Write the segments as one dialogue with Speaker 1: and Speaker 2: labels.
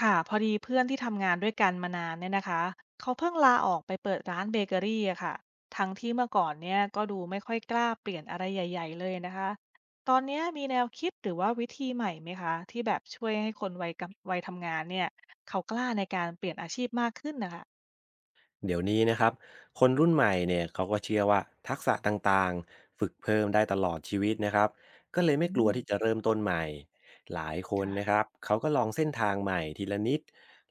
Speaker 1: ค่ะพอดีเพื่อนที่ทำงานด้วยกันมานานเนี่ยนะคะเขาเพิ่งลาออกไปเปิดร้านเบเกอรี่อะค่ะทั้งที่เมื่อก่อนเนี่ยก็ดูไม่ค่อยกล้าเปลี่ยนอะไรใหญ่ๆเลยนะคะตอนเนี้ยมีแนวคิดหรือว่าวิธีใหม่ไหมคะที่แบบช่วยให้คนวัยกำวัยทำงานเนี่ยเขากล้าในการเปลี่ยนอาชีพมากขึ้นนะคะ
Speaker 2: เดี๋ยวนี้นะครับ คนรุ่นใหม่เนี่ยเขาก็เชื่อว่าทักษะต่างๆฝึกเพิ่มได้ตลอดชีวิตนะครับ ก็เลยไม่กลั
Speaker 1: อื
Speaker 2: ว
Speaker 1: ม
Speaker 2: ที่จะเริ่มต้นใหม่ หลายคนนะค
Speaker 1: ค่ะ
Speaker 2: รับเขาก็ลองเส้นทางใหม่ทีละนิด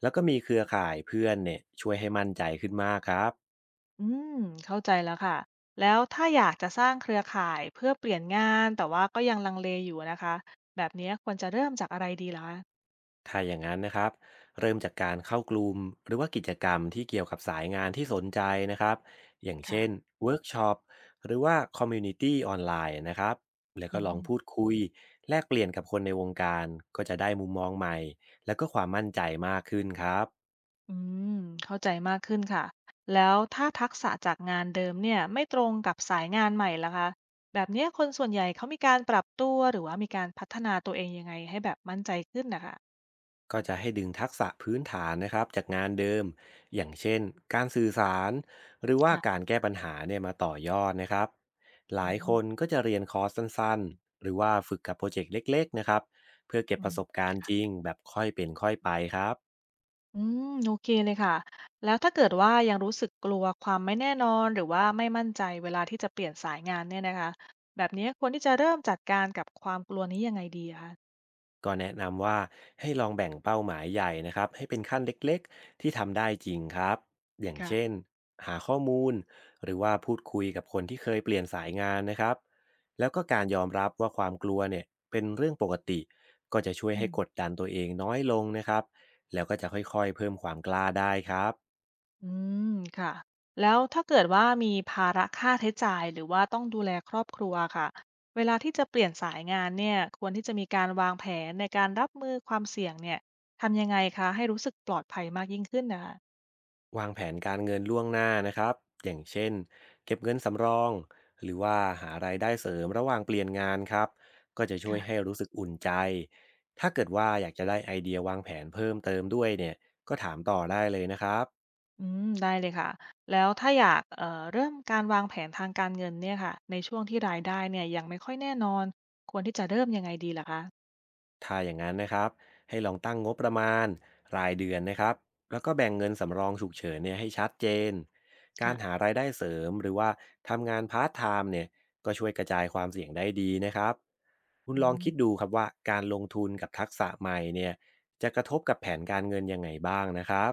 Speaker 2: แล้วก็มีเครือข่ายเพื่อนเนี่ยช่วยให้มั่นใจขึ้นมากครับ
Speaker 1: อืมเข้าใจแล้วค่ะแล้วถ้าอยากจะสร้างเครือข่ายเพื่อเปลี่ยนงานแต่ว่าก็ยังลังเลอยู่นะคะแบบเนี้ยควรจะเริ่มจากอะไรดีล่ะคะ
Speaker 2: ถ้าอย่างนั้นนะครับเริ่มจากการเข้ากลุ่มหรือว่ากิจกรรมที่เกี่ยวกับสายงานที่สนใจนะครับอย่างเช่น
Speaker 1: ค่ะ
Speaker 2: เวิร์กช็อปหรือว่าคอมมูนิตี้ออนไลน์นะครับแล้วก็
Speaker 1: อื
Speaker 2: ลอง
Speaker 1: ม
Speaker 2: พูดคุยแลกเปลี่ยนกับคนในวงการก็จะได้มุมมองใหม่แล้วก็ความมั่นใจมากขึ้นครับ
Speaker 1: อืมเข้าใจมากขึ้นค่ะแล้วถ้าทักษะจากงานเดิมเนี่ยไม่ตรงกับสายงานใหม่ล่ะคะแบบเนี้ยคนส่วนใหญ่เขามีการปรับตัวหรือว่ามีการพัฒนาตัวเองยังไงให้แบบมั่นใจขึ้นนะคะ
Speaker 2: ก็จะให้ดึงทักษะพื้นฐานนะครับจากงานเดิมอย่างเช่นการสื่อสารหรือว่ากา
Speaker 1: ค่ะ
Speaker 2: รแก้ปัญหาเนี่ยมาต่อยอดนะครับห
Speaker 1: อื
Speaker 2: ลายค
Speaker 1: ม
Speaker 2: นก็จะเรียนคอร์สสั้นๆหรือว่าฝึกกับโปรเจกต์เล็กๆนะครับเพื่อเก็บ
Speaker 1: อื
Speaker 2: ประสบ
Speaker 1: ม
Speaker 2: การณ์จริงแบบค่อยเป็นค่อยไปครับ
Speaker 1: อืมโอเคเลยค่ะแล้วถ้าเกิดว่ายังรู้สึกกลัวความไม่แน่นอนหรือว่าไม่มั่นใจเวลาที่จะเปลี่ยนสายงานเนี่ยนะคะแบบนี้ควรที่จะเริ่มจัดการกับความกลัวนี้ยังไงดีอะคะ
Speaker 2: ก็แนะนำว่าให้ลองแบ่งเป้าหมายใหญ่นะครับให้เป็นขั้นเล็กๆที่ทำได้จริงครับอย่างเช่น
Speaker 1: ค่ะ
Speaker 2: หาข้อมูลหรือว่าพูดคุยกับคนที่เคยเปลี่ยนสายงานนะครับแล้วก็การยอมรับว่าความกลัวเนี่ยเป็นเรื่องปกติก็จะช่วย
Speaker 1: อื
Speaker 2: ให้กด
Speaker 1: ม
Speaker 2: ดันตัวเองน้อยลงนะครับแล้วก็จะค่อยๆเพิ่มความกล้าได้ครับ
Speaker 1: อืมค่ะแล้วถ้าเกิดว่ามีภาระค่าใช้จ่ายหรือว่าต้องดูแลครอบครัวค่ะเวลาที่จะเปลี่ยนสายงานเนี่ยควรที่จะมีการวางแผนในการรับมือความเสี่ยงเนี่ยทำยังไงคะให้รู้สึกปลอดภัยมากยิ่งขึ้นนะคะ
Speaker 2: วางแผนการเงินล่วงหน้านะครับอย่างเช่นเก็บเงินสำรองหรือว่าหารายได้เสริมระหว่างเปลี่ยนงานครับก็จะช่วยให้
Speaker 1: ค่ะ
Speaker 2: รู้สึกอุ่นใจถ้าเกิดว่าอยากจะได้ไอเดียวางแผนเพิ่มเติมด้วยเนี่ยก็ถามต่อได้เลยนะครับ
Speaker 1: อืมได้เลยค่ะแล้วถ้าอยากเริ่มการวางแผนทางการเงินเนี่ยค่ะในช่วงที่รายได้เนี่ยยังไม่ค่อยแน่นอนควรที่จะเริ่มยังไงดีล่ะคะ
Speaker 2: ถ้าอย่างนั้นนะครับให้ลองตั้งงบประมาณรายเดือนนะครับแล้วก็แบ่งเงินสำรองฉุกเฉินเนี่ยให้ชัดเจนการหา
Speaker 1: ค่ะ
Speaker 2: รายได้เสริมหรือว่าทำงานพาร์ทไทม์เนี่ยก็ช่วยกระจายความเสี่ยงได้ดีนะครับ คุณ
Speaker 1: อื
Speaker 2: ลองคิด
Speaker 1: ม
Speaker 2: ดูครับว่าการลงทุนกับทักษะใหม่เนี่ยจะกระทบกับแผนการเงินยังไงบ้างนะครับ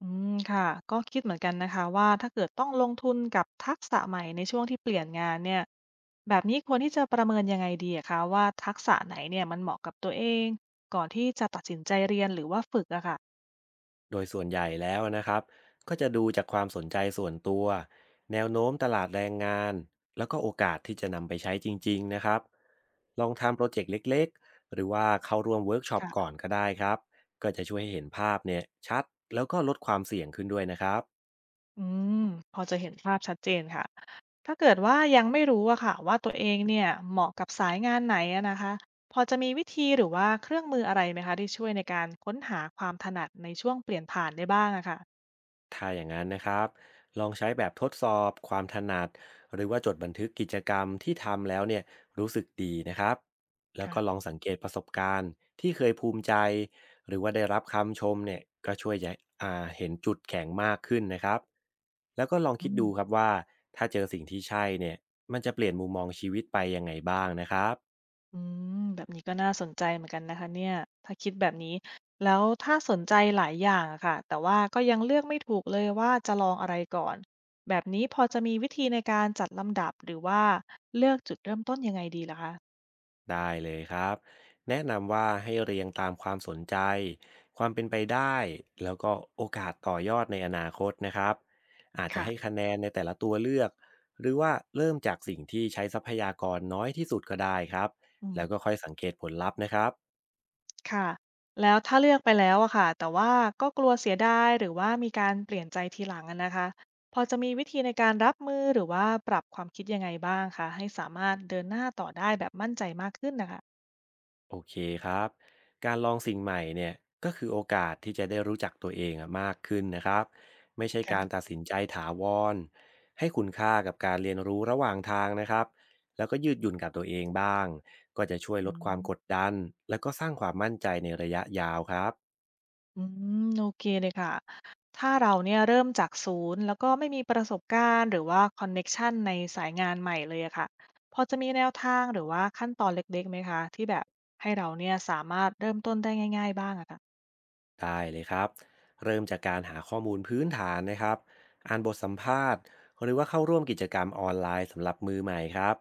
Speaker 1: อืมค่ะก็คิดเหมือนกันนะคะว่าถ้าเกิดต้องลงทุนกับทักษะใหม่ในช่วงที่เปลี่ยนงานเนี่ยแบบนี้ควรที่จะประเมินยังไงดีอะคะว่าทักษะไหนเนี่ยมันเหมาะกับตัวเองก่อนที่จะตัดสินใจเรียนหรือว่าฝึกอะค่ะ
Speaker 2: โดยส่วนใหญ่แล้วนะครับก็จะดูจากความสนใจส่วนตัวแนวโน้มตลาดแรงงานแล้วก็โอกาสที่จะนำไปใช้จริงๆนะครับลองทำโปรเจกต์เล็กๆหรือว่าเข้าร่วมเวิร์กช็อปก่อน
Speaker 1: ค่ะ
Speaker 2: ก็ได้ครับก็จะช่วยให้เห็นภาพเนี่ยชัดแล้วก็ลดความเสี่ยงขึ้นด้วยนะครับ
Speaker 1: อืมพอจะเห็นภาพชัดเจนค่ะถ้าเกิดว่ายังไม่รู้อะค่ะว่าตัวเองเนี่ยเหมาะกับสายงานไหนอะนะคะพอจะมีวิธีหรือว่าเครื่องมืออะไรไหมคะที่ช่วยในการค้นหาความถนัดในช่วงเปลี่ยนผ่านได้บ้างอะค่ะ
Speaker 2: ถ้าอย่างนั้นนะครับลองใช้แบบทดสอบความถนัดหรือว่าจดบันทึกกิจกรรมที่ทำแล้วเนี่ยรู้สึกดีนะครับแล้วก็ล
Speaker 1: ค่ะ
Speaker 2: องสังเกตประสบการณ์ที่เคยภูมิใจหรือว่าได้รับคำชมเนี่ยก็ช่วยจะเห็นจุดแข็งมากขึ้นนะครับแล้วก็ลอง
Speaker 1: อื
Speaker 2: คิดดู
Speaker 1: ม
Speaker 2: ครับว่าถ้าเจอสิ่งที่ใช่เนี่ยมันจะเปลี่ยนมุมมองชีวิตไปยังไงบ้างนะครับ
Speaker 1: อืมแบบนี้ก็น่าสนใจเหมือนกันนะคะเนี่ยถ้าคิดแบบนี้แล้วถ้าสนใจหลายอย่างอะค่ะแต่ว่าก็ยังเลือกไม่ถูกเลยว่าจะลองอะไรก่อนแบบนี้พอจะมีวิธีในการจัดลำดับหรือว่าเลือกจุดเริ่มต้นยังไงดีล่ะคะ
Speaker 2: ได้เลยครับแนะนำว่าให้เรียงตามความสนใจความเป็นไปได้แล้วก็โอกาสต่อยอดในอนาคตนะครับอาจจะให้คะ
Speaker 1: ค่ะ
Speaker 2: แนนในแต่ละตัวเลือกหรือว่าเริ่มจากสิ่งที่ใช้ทรัพยากรน้อยที่สุดก็ได้ครับ
Speaker 1: อืม
Speaker 2: แล้วก็ค่อยสังเกตผลลัพธ์นะครับ
Speaker 1: ค่ะแล้วถ้าเลือกไปแล้วอะค่ะแต่ว่าก็กลัวเสียดายหรือว่ามีการเปลี่ยนใจทีหลังอะนะคะพอจะมีวิธีในการรับมือหรือว่าปรับความคิดยังไงบ้างคะให้สามารถเดินหน้าต่อได้แบบมั่นใจมากขึ้นนะคะ
Speaker 2: โอเคครับ การลองสิ่งใหม่เนี่ยก็คือโอกาสที่จะได้รู้จักตัวเองอะมากขึ้นนะครับ ไม่ใช่การตัด
Speaker 1: ค่ะ
Speaker 2: สินใจถาวรให้คุณค่ากับการเรียนรู้ระหว่างทางนะครับ แล้วก็ยืดหยุ่นกับตัวเองบ้าง ก็จะช่วยล
Speaker 1: อื
Speaker 2: ดความกด
Speaker 1: ม
Speaker 2: ดัน แล้วก็สร้างความมั่นใจในระยะยาวครับ
Speaker 1: อืมโอเคเลยค่ะ ถ้าเราเนี่ยเริ่มจากศูนย์แล้วก็ไม่มีประสบการณ์หรือว่าคอนเน็กชันในสายงานใหม่เลยอะค่ะ พอจะมีแนวทางหรือว่าขั้นตอนเล็กๆไหมคะที่แบบให้เราเนี่ยสามารถเริ่มต้นได้ง่ายๆบ้างอะค่ะ
Speaker 2: ได้เลยครับเริ่มจากการหาข้อมูลพื้นฐานนะครับอ่านบทสัมภาษณ์หรือว่าเข้าร่วมกิจกรรมออนไลน์สำหรับมือใหม่ครับ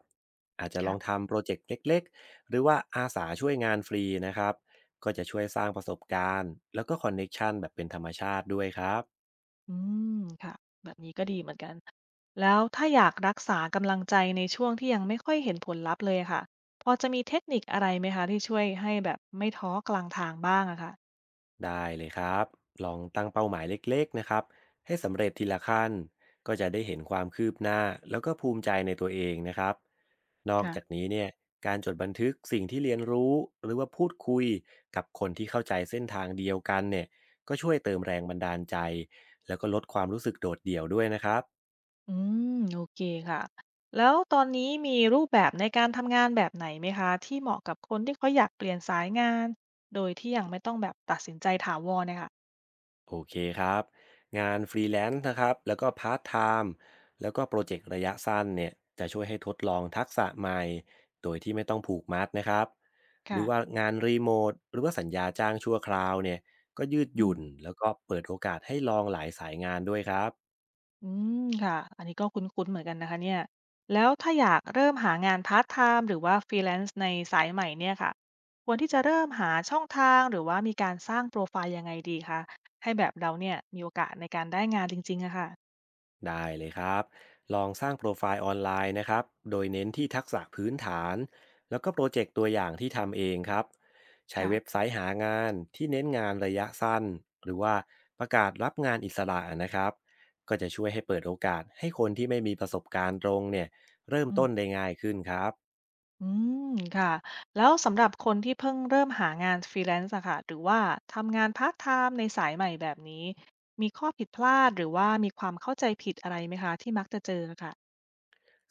Speaker 2: อาจจะล
Speaker 1: ค่ะ
Speaker 2: องทำโปรเจกต์เล็กๆหรือว่าอาสาช่วยงานฟรีนะครับก็จะช่วยสร้างประสบการณ์แล้วก็คอนเน็ชันแบบเป็นธรรมชาติด้วยครับ
Speaker 1: อืม ค่ะ แบบนี้ก็ดีเหมือนกัน แล้วถ้าอยากรักษากำลังใจในช่วงที่ยังไม่ค่อยเห็นผลลัพธ์เลยอะค่ะ พอจะมีเทคนิคอะไรไหมคะที่ช่วยให้แบบไม่ท้อกลางทางบ้างอะค่
Speaker 2: ได้เลยครับลองตั้งเป้าหมายเล็กๆนะครับให้สำเร็จทีละขั้น ก็จะได้เห็นความคืบหน้าแล้วก็ภูมิใจในตัวเองนะครับนอก
Speaker 1: ะ
Speaker 2: จากนี้เนี่ยการจดบันทึกสิ่งที่เรียนรู้หรือว่าพูดคุยกับคนที่เข้าใจเส้นทางเดียวกันเนี่ยก็ช่วยเติมแรงบันดาลใจแล้วก็ลดความรู้สึกโดดเดี่ยวด้วยนะครับ
Speaker 1: อืมโอเคค่ะแล้วตอนนี้มีรูปแบบในการทำงานแบบไหนไหมคะที่เหมาะกับคนที่เขาอยากเปลี่ยนสายงานโดยที่ยังไม่ต้องแบบตัดสินใจถาวรเนี่ยค่ะ
Speaker 2: โอเคครับงานฟรีแลนซ์นะครับแล้วก็พาร์ทไทม์แล้วก็โปรเจกต์ระยะสั้นเนี่ยจะช่วยให้ทดลองทักษะใหม่โดยที่ไม่ต้องผูกมัดนะครับหรือว่า
Speaker 1: ค่ะ
Speaker 2: งานรีโมทหรือว่าสัญญาจ้างชั่วคราวเนี่ยก็ยืดห
Speaker 1: อืม
Speaker 2: ยุ่นแล้วก็เปิดโอกาสให้ลองหลายสายงานด้วยครับ
Speaker 1: อืมค่ะอันนี้ก็คุ้นๆเหมือนกันนะคะเนี่ยแล้วถ้าอยากเริ่มหางานพาร์ทไทม์หรือว่าฟรีแลนซ์ในสายใหม่เนี่ยค่ะควรที่จะเริ่มหาช่องทางหรือว่ามีการสร้างโปรไฟล์ยังไงดีคะให้แบบเราเนี่ยมีโอกาสในการได้งานจริงๆอะค่ะ
Speaker 2: ได้เลยครับลองสร้างโปรไฟล์ออนไลน์นะครับโดยเน้นที่ทักษะพื้นฐานแล้วก็โปรเจกต์ตัวอย่างที่ทำเองครับใช้เว็บ
Speaker 1: ค่ะ
Speaker 2: ไซต์หางานที่เน้นงานระยะสั้นหรือว่าประกาศรับงานอิสระนะครับก็จะช่วยให้เปิดโอกาสให้คนที่ไม่มีประสบการณ์ตรงเนี่ยเริ่มต้นได้ง่ายขึ้นครับ
Speaker 1: อืมค่ะแล้วสำหรับคนที่เพิ่งเริ่มหางานฟรีแลนซ์อะค่ะหรือว่าทำงานพาร์าไทม์ในสายใหม่แบบนี้มีข้อผิดพลาดหรือว่ามีความเข้าใจผิดอะไรไหมคะที่มักจะเจอค่ะ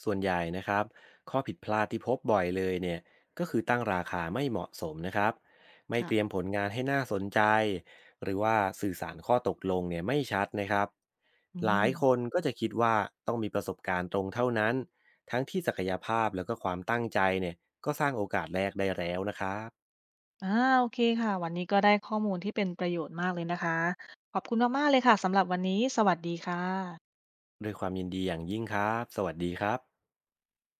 Speaker 2: ส่วนใหญ่นะครับข้อผิดพลาดที่พบบ่อยเลยเนี่ยก็คือตั้งราคาไม่เหมาะสมนะครับไม่เต
Speaker 1: ค่ะ
Speaker 2: รียมผลงานให้น่าสนใจหรือว่าสื่อสารข้อตกลงเนี่ยไม่ชัดนะครับ
Speaker 1: อื
Speaker 2: หลาย
Speaker 1: ม
Speaker 2: คนก็จะคิดว่าต้องมีประสบการณ์ตรงเท่านั้น ทั้งที่ศักยภาพแล้วก็ความตั้งใจเนี่ยก็สร้างโอกาสแรกได้แล้วนะครับ
Speaker 1: อาโอเคค่ะวันนี้ก็ได้ข้อมูลที่เป็นประโยชน์มากเลยนะคะขอบคุณมากๆเลยค่ะสำหรับวันนี้สวัสดีค่ะ
Speaker 2: ด้วยความยินดีอย่างยิ่งครับ สวัสดีครับ